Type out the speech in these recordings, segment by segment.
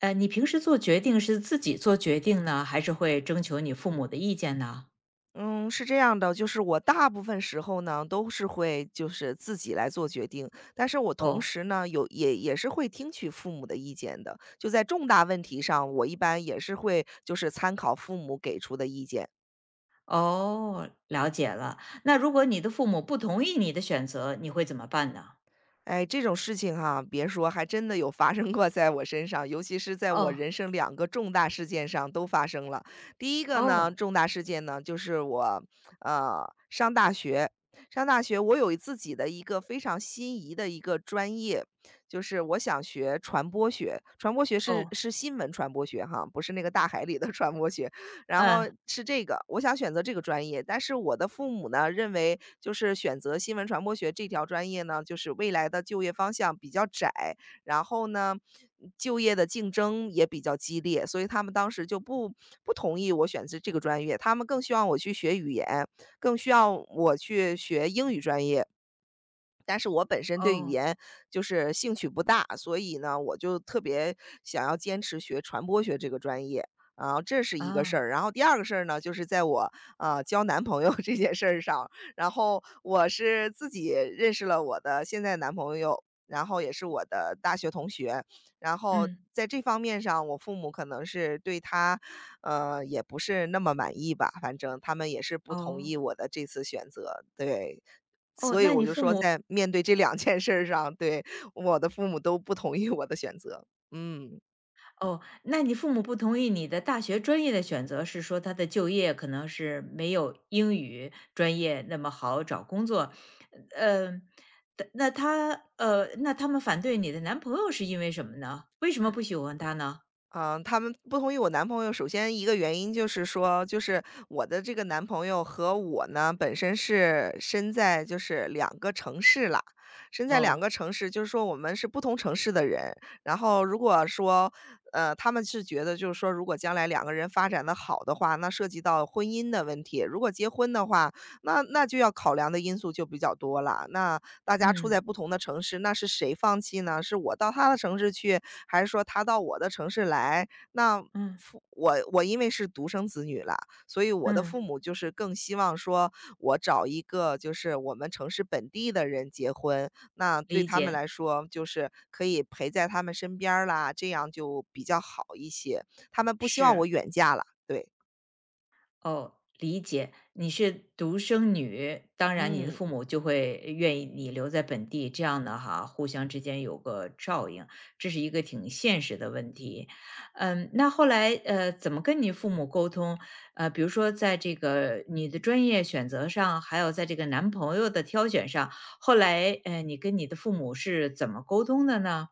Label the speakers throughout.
Speaker 1: 你平时做决定是自己做决定呢，还是会征求你父母的意见呢？
Speaker 2: 嗯，是这样的，就是我大部分时候呢，都是会就是自己来做决定，但是我同
Speaker 1: 哦，
Speaker 2: 时呢，有也是会听取父母的意见的。就在重大问题上，我一般也是会就是参考父母给出的意见。
Speaker 1: 哦，了解了。那如果你的父母不同意你的选择，你会怎么办呢？
Speaker 2: 哎，这种事情哈，别说，还真的有发生过在我身上，尤其是在我
Speaker 1: 哦，
Speaker 2: 人生两个重大事件上都发生了。第一个呢，
Speaker 1: 哦，
Speaker 2: 重大事件呢，就是我，呃，上大学，上大学我有自己的一个非常心仪的一个专业，就是我想学传播学，传播学是
Speaker 1: 哦，
Speaker 2: 是新闻传播学哈，不是那个大海里的传播学，然后
Speaker 1: 嗯，
Speaker 2: 是这个，我想选择这个专业，但是我的父母呢，认为就是选择新闻传播学这条专业呢，就是未来的就业方向比较窄，然后呢，就业的竞争也比较激烈，所以他们当时就不同意我选择这个专业，他们更希望我去学语言，更需要我去学英语专业。但是我本身对语
Speaker 1: 哦，
Speaker 2: 言就是兴趣不大，所以呢，我就特别想要坚持学传播学这个专业，然后这是一个事儿。
Speaker 1: 啊，
Speaker 2: 然后第二个事儿呢，就是在我，交男朋友 这件事儿上，然后我是自己认识了我的现在男朋友，然后也是我的大学同学，然后
Speaker 1: 嗯，
Speaker 2: 在这方面上，我父母可能是对他，也不是那么满意吧，反正他们也是不同
Speaker 1: 哦，
Speaker 2: 意我的这次选择，对。
Speaker 1: 哦，
Speaker 2: 所以
Speaker 1: 那
Speaker 2: 我
Speaker 1: 你
Speaker 2: 就
Speaker 1: 父
Speaker 2: 说
Speaker 1: 母
Speaker 2: 在面对这两件事儿上，对，我的父母都不同意我的选择，嗯。
Speaker 1: 哦，那你父母不同意你的大学专业的选择，是说他的就业可能是没有英语专业那么好找工作，呃，但那他那他们反对你的男朋友是因为什么呢？为什么不喜欢他呢？
Speaker 2: 嗯，他们不同意我男朋友，首先一个原因就是说，就是我的这个男朋友和我呢，本身是身在就是两个城市啦，身在两
Speaker 1: 哦，
Speaker 2: 个城市，就是说我们是不同城市的人。然后如果说，他们是觉得就是说，如果将来两个人发展的好的话，那涉及到婚姻的问题；如果结婚的话，那就要考量的因素就比较多了。那大家处在
Speaker 1: 嗯
Speaker 2: 不同的城市，那是谁放弃呢？是我到他的城市去，还是说他到我的城市来？那
Speaker 1: 嗯
Speaker 2: 我因为是独生子女啦，所以我的
Speaker 1: 嗯，
Speaker 2: 父母就是更希望说我找一个就是我们城市本地的人结婚，那对
Speaker 1: 理
Speaker 2: 他们
Speaker 1: 解，
Speaker 2: 来说就是可以陪在他们身边儿啦，这样就比较好一些。他们不希望我
Speaker 1: 是。
Speaker 2: 远嫁了，对，
Speaker 1: 哦，理解。你是独生女，当然你的
Speaker 2: 嗯。
Speaker 1: 父母就会愿意你留在本地，这样的哈，互相之间有个照应，这是一个挺现实的问题。嗯，那后来怎么跟你父母沟通？比如说在这个你的专业选择上，还有在这个男朋友的挑选上，后来你跟你的父母是怎么沟通的呢？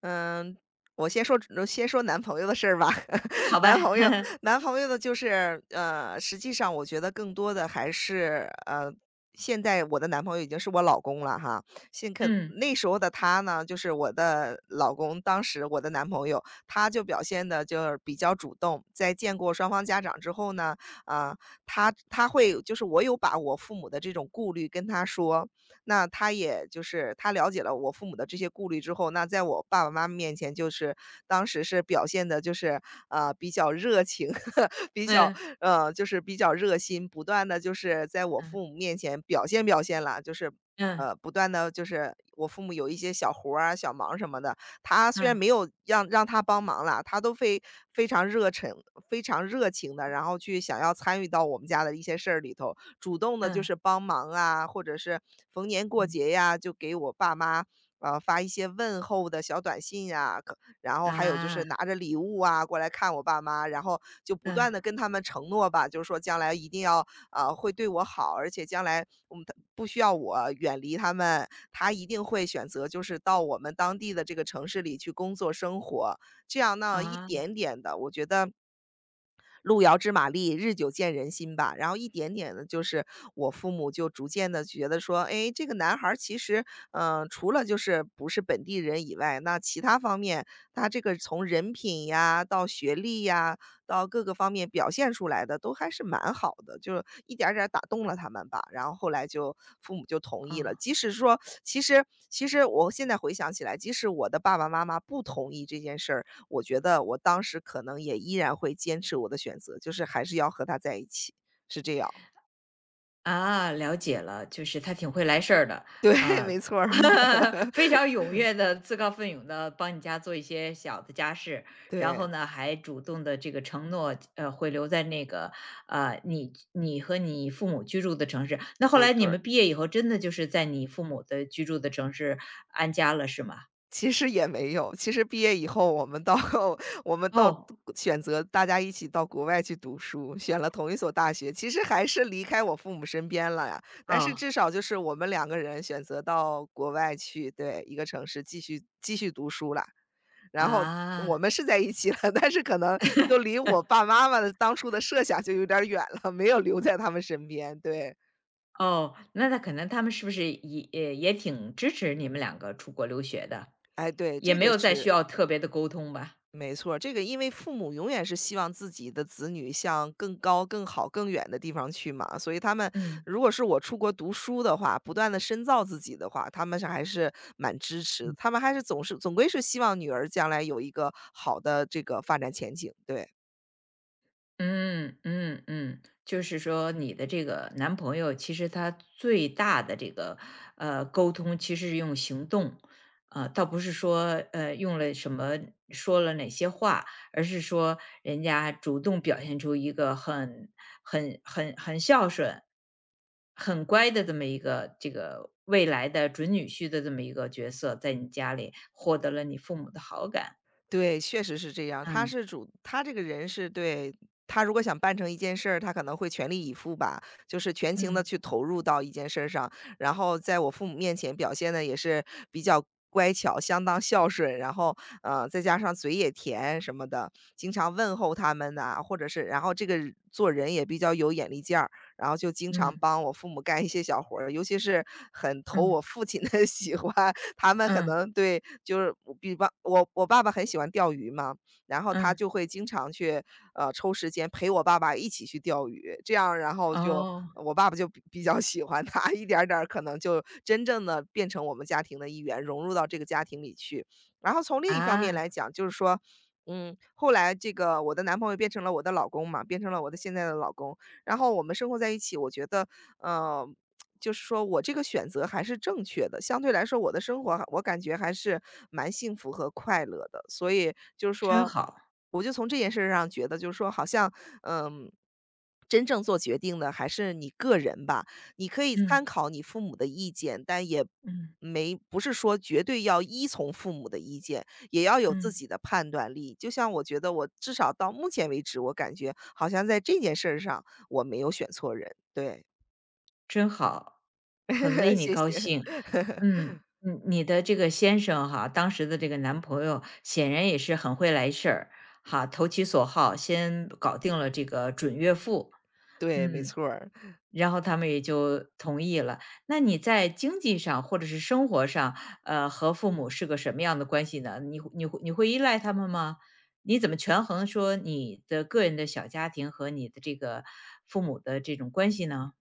Speaker 2: 嗯，我先说先说男朋友的事儿吧。
Speaker 1: 好
Speaker 2: 男
Speaker 1: 吧，
Speaker 2: 朋友 男朋友的就是实际上我觉得更多的还是现在我的男朋友已经是我老公了哈。
Speaker 1: 嗯
Speaker 2: 那时候的他呢，就是我的老公，当时我的男朋友，他就表现的就是比较主动。在见过双方家长之后呢，啊、他会就是我有把我父母的这种顾虑跟他说，那他也就是他了解了我父母的这些顾虑之后，那在我爸爸妈妈面前，就是当时是表现的，就是，比较热情，比较
Speaker 1: 嗯
Speaker 2: 就是比较热心，不断的就是在我
Speaker 1: 嗯
Speaker 2: 父母面前表现啦，就是，
Speaker 1: 嗯
Speaker 2: 不断的就是我父母有一些小活儿啊、小忙什么的，他虽然
Speaker 1: 嗯
Speaker 2: 没有让他帮忙了，他都非常热忱非常热情的，然后去想要参与到我们家的一些事儿里头，主动的就
Speaker 1: 嗯
Speaker 2: 是帮忙啊，或者是逢年过
Speaker 1: 嗯
Speaker 2: 节呀，就给我爸妈，发一些问候的小短信呀，然后还有就是
Speaker 1: 啊，
Speaker 2: 拿着礼物啊，过来看我爸妈，然后就不断
Speaker 1: 嗯。
Speaker 2: 的跟他们承诺吧，就是说将来一定要啊，会对我好，而且将来我们的不需要我远离他们，他一定会选择就是到我们当地的这个城市里去工作生活。这样呢，一
Speaker 1: 啊，
Speaker 2: 点点的，我觉得路遥知马力，日久见人心吧。然后一点点的，就是我父母就逐渐的觉得说，哎，这个男孩儿其实，除了就是不是本地人以外，那其他方面，他这个从人品呀，到学历呀，到各个方面表现出来的都还是蛮好的，就一点儿点儿打动了他们吧。然后后来就父母就同意了，
Speaker 1: 哦，
Speaker 2: 即使说，其实我现在回想起来，即使我的爸爸妈妈不同意这件事儿。我觉得我当时可能也依然会坚持我的选择，就是还是要和他在一起，是这样。
Speaker 1: 啊，了解了，就是他挺会来事儿的，
Speaker 2: 对，
Speaker 1: 啊，
Speaker 2: 没错儿，
Speaker 1: 非常踊跃的，自告奋勇的帮你家做一些小的家事，然后
Speaker 2: 对，
Speaker 1: 呢，还主动的这个承诺，会留在那个，你和你父母居住的城市。那后
Speaker 2: 没
Speaker 1: 来
Speaker 2: 错
Speaker 1: 你
Speaker 2: 儿。
Speaker 1: 们毕业以后，真的就是在你父母的居住的城市安家了，是吗？
Speaker 2: 其实也没有，其实毕业以后我们到 我们到
Speaker 1: 哦，
Speaker 2: 选择大家一起到国外去读书，选了同一所大学，其实还是离开我父母身边了呀。但是
Speaker 1: 哦，
Speaker 2: 至少就是我们两个人选择到国外去，对，一个城市继续读书啦。然后
Speaker 1: 啊。
Speaker 2: 我们是在一起了，但是可能就离我爸妈妈的当初的设想就有点儿远了，没有留在他们身边，对。
Speaker 1: 哦，那他可能他们是不是也挺支持你们两个出国留学的，
Speaker 2: 哎，对，
Speaker 1: 也
Speaker 2: 这
Speaker 1: 没
Speaker 2: 个
Speaker 1: 有再需
Speaker 2: 是
Speaker 1: 要特别的沟通吧？
Speaker 2: 没错儿，这个因为父母永远是希望自己的子女向更高、更好、更远的地方去嘛，所以他们
Speaker 1: 嗯。
Speaker 2: 如果是我出国读书的话，不断的深造自己的话，他们还是蛮支持的，他们还是总归是希望女儿将来有一个好的这个发展前景，对。
Speaker 1: 嗯嗯嗯，就是说你的这个男朋友，其实他最大的这个沟通，其实是用行动，倒不是说用了什么说了哪些话，而是说人家主动表现出一个很孝顺、很乖的这么一个这个未来的准女婿的这么一个角色，在你家里获得了你父母的好感。
Speaker 2: 对，确实是这样。
Speaker 1: 嗯
Speaker 2: 他这个人是对，他如果想办成一件事儿，他可能会全力以赴吧，就是全情的
Speaker 1: 嗯
Speaker 2: 去投入到一件事儿上，然后在我父母面前表现的也是比较乖巧，相当孝顺，然后，再加上嘴也甜什么的，经常问候他们呐，或者是然后这个人做人也比较有眼力见儿，然后就经常
Speaker 1: 嗯
Speaker 2: 帮我父母干一些小活儿，尤其是很投
Speaker 1: 嗯
Speaker 2: 我父亲的喜欢，他们可
Speaker 1: 嗯
Speaker 2: 能对，就是我比方我爸爸很喜欢钓鱼嘛，然后他就
Speaker 1: 嗯。
Speaker 2: 会经常去，抽时间陪我爸爸一起去钓鱼，这样然后就
Speaker 1: 哦，
Speaker 2: 我爸爸就比较喜欢他，一点儿点儿可能就真正的变成我们家庭的一员，融入到这个家庭里去。然后从另一方面
Speaker 1: 啊，
Speaker 2: 来讲，就是说，嗯，后来这个我的男朋友变成了我的老公嘛，变成了我的现在的老公，然后我们生活在一起，我觉得，嗯。就是说我这个选择还是正确的，相对来说我的生活我感觉还是蛮幸福和快乐的。所以就是
Speaker 1: 真
Speaker 2: 说，
Speaker 1: 好，
Speaker 2: 我就从这件事上觉得，就是说好像，嗯，真正做决定的还是你个人吧。你可以
Speaker 1: 嗯，
Speaker 2: 参考你父母的意见，但也
Speaker 1: 嗯，
Speaker 2: 没不是说绝对要依从父母的意见，也要有自
Speaker 1: 嗯，
Speaker 2: 己的判断力。就像我觉得我至少到目前为止，我感觉好像在这件事儿上我没有选错人。对，
Speaker 1: 真好，很为 你
Speaker 2: 谢
Speaker 1: 高
Speaker 2: 谢。
Speaker 1: 兴。嗯，你的这个先生哈，当时的这个男朋友显然也是很会来事儿，哈，投其所好，先搞定了这个准岳父。
Speaker 2: 对，没
Speaker 1: 嗯，
Speaker 2: 错儿。
Speaker 1: 然后他们也就同意了。那你在经济上或者是生活上，和父母是个什么样的关系呢？你会依赖他们吗？你怎么权衡说你的个人的小家庭和你的这个父母的这种关系呢？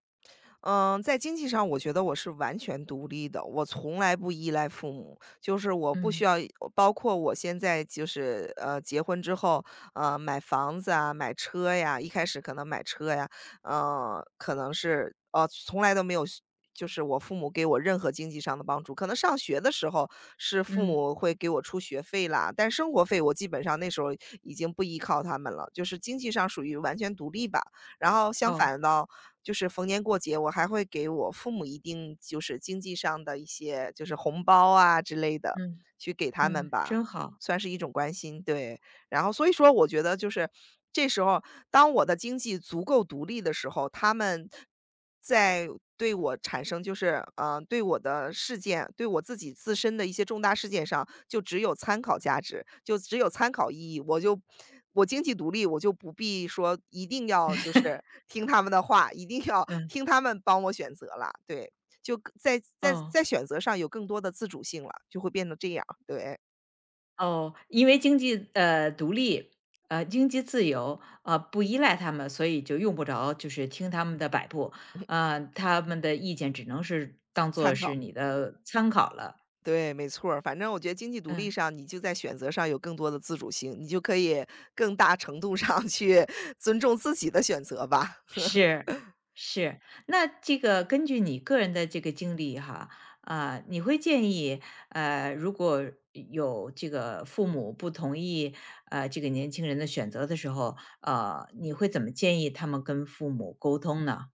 Speaker 2: 嗯，在经济上我觉得我是完全独立的，我从来不依赖父母，就是我不需
Speaker 1: 嗯
Speaker 2: 要包括我现在就是结婚之后，买房子啊、买车呀，一开始可能买车呀，可能是从来都没有需就是我父母给我任何经济上的帮助，可能上学的时候是父
Speaker 1: 嗯，
Speaker 2: 母会给我出学费啦，但生活费我基本上那时候已经不依靠他们了，就是经济上属于完全独立吧。然后相
Speaker 1: 哦，
Speaker 2: 反的，就是逢年过节，我还会给我父母一定就是经济上的一些就是红包啊之类的，
Speaker 1: 嗯
Speaker 2: 去给他们
Speaker 1: 嗯，
Speaker 2: 吧，
Speaker 1: 真好，
Speaker 2: 算是一种关心，对。然后所以说我觉得就是这时候，当我的经济足够独立的时候，他们在对我产生就是，嗯，对我的事件对我自己自身的一些重大事件上，就只有参考价值，就只有参考意义。我就我经济独立，我就不必说一定要就是听他们的话，一定要
Speaker 1: 嗯
Speaker 2: 听他们帮我选择了，对。就在
Speaker 1: 哦。
Speaker 2: 选择上有更多的自主性了，就会变成这样，对，
Speaker 1: 哦，因为经济独立，经济自由，不依赖他们，所以就用不着就是听他们的摆布，他们的意见只能是当做
Speaker 2: 参
Speaker 1: 是
Speaker 2: 考。
Speaker 1: 你的参考了。
Speaker 2: 对，没错儿。反正我觉得经济独立
Speaker 1: 嗯，
Speaker 2: 上，你就在选择上有更多的自主性，你就可以更大程度上 去尊重自己的选择吧。
Speaker 1: 是是。那这个根据你个人的这个经历哈，啊、你会建议如果有这个父母不同意这个年轻人的选择的时候，你会怎么建议他们跟父母沟通呢？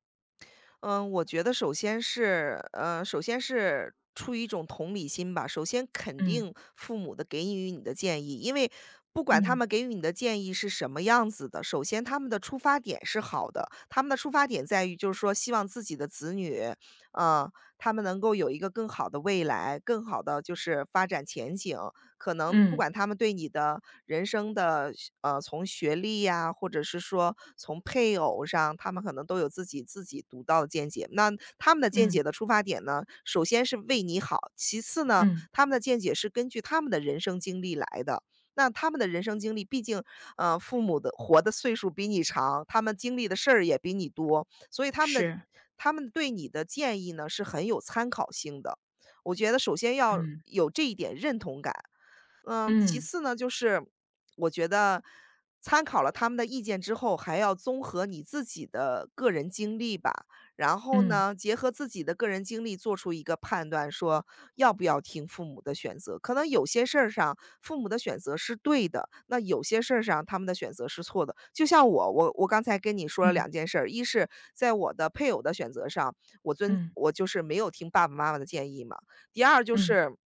Speaker 2: 嗯，我觉得首先是，首先是出于一种同理心吧，首先肯
Speaker 1: 嗯。
Speaker 2: 定父母的给予你的建议，因为不管他们
Speaker 1: 嗯
Speaker 2: 给予你的建议是什么样子的，首先他们的出发点是好的，他们的出发点在于就是说希望自己的子女，呃，他们能够有一个更好的未来，更好的就是发展前景。可能不
Speaker 1: 嗯
Speaker 2: 管他们对你的人生的从学历呀，或者是说从配偶上，他们可能都有自己独到的见解。那他们的见
Speaker 1: 嗯
Speaker 2: 解的出发点呢，首先是为你好，其次呢，
Speaker 1: 嗯，
Speaker 2: 他们的见解是根据他们的人生经历来的。那他们的人生经历，毕竟，父母的活的岁数比你长，他们经历的事儿也比你多，所以他们的
Speaker 1: 是，
Speaker 2: 他们对你的建议呢，是很有参考性的。我觉得首先要
Speaker 1: 嗯
Speaker 2: 有这一点认同感。嗯，其
Speaker 1: 嗯
Speaker 2: 次呢，就是我觉得参考了他们的意见之后，还要综合你自己的个人经历吧，然后
Speaker 1: 嗯
Speaker 2: 呢，结合自己的个人经历做出一个判断，说要不要听父母的选择。可能有些事儿上父母的选择是对的，那有些事儿上他们的选择是错的。就像我，我刚才跟你说了两
Speaker 1: 嗯
Speaker 2: 件事儿，一是在我的配偶的选择上，我遵
Speaker 1: 嗯
Speaker 2: 我就是没有听爸爸妈妈的建议嘛。第二就
Speaker 1: 嗯
Speaker 2: 是，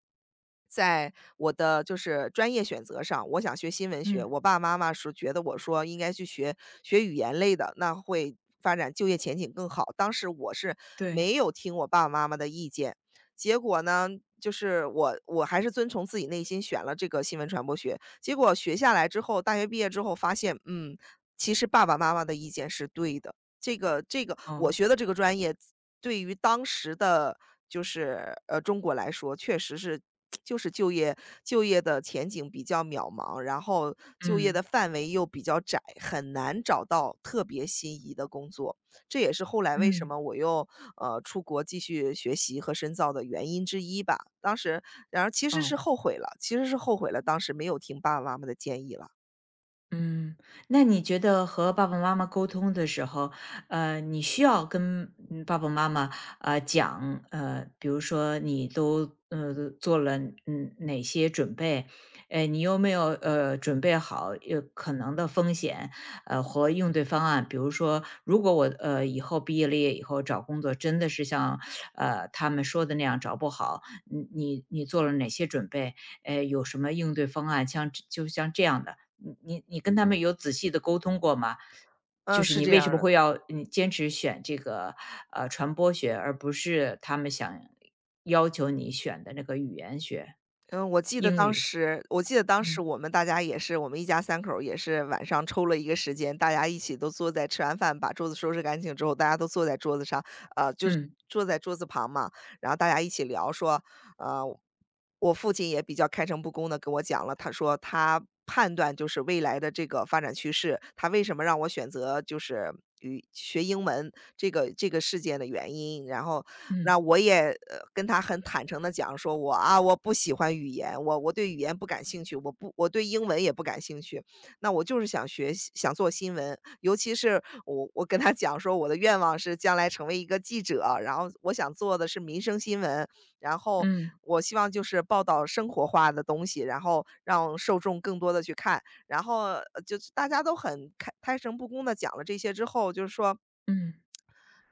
Speaker 2: 在我的就是专业选择上，我想学新闻学，
Speaker 1: 嗯，
Speaker 2: 我爸爸妈妈是觉得我说应该去学学语言类的，那会发展就业前景更好。当时我是
Speaker 1: 对，
Speaker 2: 没有听我爸爸妈妈的意见，结果呢，就是我还是遵从自己内心选了这个新闻传播学，结果学下来之后，大学毕业之后发现，嗯，其实爸爸妈妈的意见是对的。我
Speaker 1: 哦，
Speaker 2: 学的这个专业对于当时的就是，中国来说，确实是 就是就业的前景比较渺茫，然后就业
Speaker 1: 嗯
Speaker 2: 的范围又比较窄，很难找到特别心仪的工作。这也是后来为什
Speaker 1: 嗯，
Speaker 2: 么我又，出国继续学习和深造的原因之一吧。当时然而其实是
Speaker 1: 哦。
Speaker 2: 后悔了，其实是后悔了，当时没有听爸爸妈妈的建议了。
Speaker 1: 嗯，那你觉得和爸爸妈妈沟通的时候，你需要跟爸爸妈妈讲，比如说你都做了哪些准备，你有没有准备好有可能的风险，和应对方案？比如说，如果我以后毕业了业以后找工作真的是像他们说的那样找不好，你做了哪些准备？有什么应对方案？像就像这样的。你跟他们有仔细的沟通过吗？就
Speaker 2: 嗯，
Speaker 1: 是
Speaker 2: 是
Speaker 1: 你
Speaker 2: 这
Speaker 1: 为
Speaker 2: 样
Speaker 1: 什
Speaker 2: 儿
Speaker 1: 么
Speaker 2: 的。
Speaker 1: 会要你坚持选这个，传播学，而不是他们想要求你选的那个语言学，
Speaker 2: 嗯，我记得
Speaker 1: 英
Speaker 2: 当
Speaker 1: 语？
Speaker 2: 时我记得当时
Speaker 1: 嗯，
Speaker 2: 我们大家也是，我们一家三口儿也是晚上抽了一个时间，大家一起都坐在吃完饭，把桌子收拾干净之后，大家都坐在桌子上，就是
Speaker 1: 嗯，
Speaker 2: 坐在桌子旁嘛，然后大家一起聊说，呃，我父亲也比较开诚布公的跟我讲了，他说他判断就是未来的这个发展趋势，他为什么让我选择就是语学英文这个事件的原因。然后
Speaker 1: 嗯，
Speaker 2: 那我也，跟他很坦诚的讲说我啊，我不喜欢语言，我对语言不感兴趣，我不我对英文也不感兴趣，那我就是想学习想做新闻。尤其是我跟他讲说我的愿望是将来成为一个记者，然后我想做的是民生新闻，然后
Speaker 1: 嗯，
Speaker 2: 我希望就是报道生活化的东西，然后让受众更多的去看。然后，就是大家都很开诚布公的讲了这些之后，就是说，
Speaker 1: 嗯，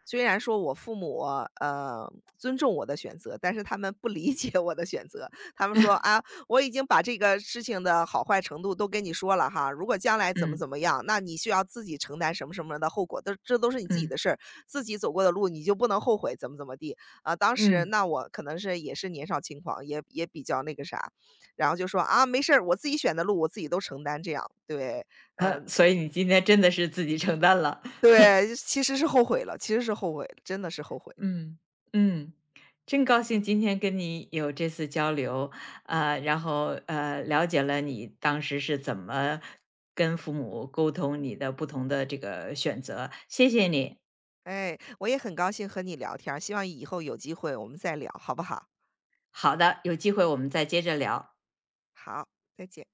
Speaker 2: 虽然说我父母，呃，尊重我的选择，但是他们不理解我的选择。他们说："啊，我已经把这个事情的好坏程度都跟你说了哈，如果将来怎么
Speaker 1: 嗯，嗯，
Speaker 2: 怎么样，那你需要自己承担什么什么的后果，都这都是你自己
Speaker 1: 嗯，
Speaker 2: 的事儿，自己走过的路你就不能后悔怎么怎么地。"啊，当时
Speaker 1: 嗯，
Speaker 2: 那我可能是也是年少轻狂，也比较那个啥，然后就说："啊，没事儿，我自己选的路我自己都承担。"这样，对，嗯，
Speaker 1: 所以你今天真的是自己承担了。
Speaker 2: 对，其实是后悔了，其实是后悔了真的是后悔。
Speaker 1: 嗯嗯，真高兴今天跟你有这次交流，然后了解了你当时是怎么跟父母沟通你的不同的这个选择，谢谢你。
Speaker 2: 哎，我也很高兴和你聊天儿希望以后有机会我们再聊，好不好？
Speaker 1: 好的，有机会我们再接着聊。
Speaker 2: 好，再见。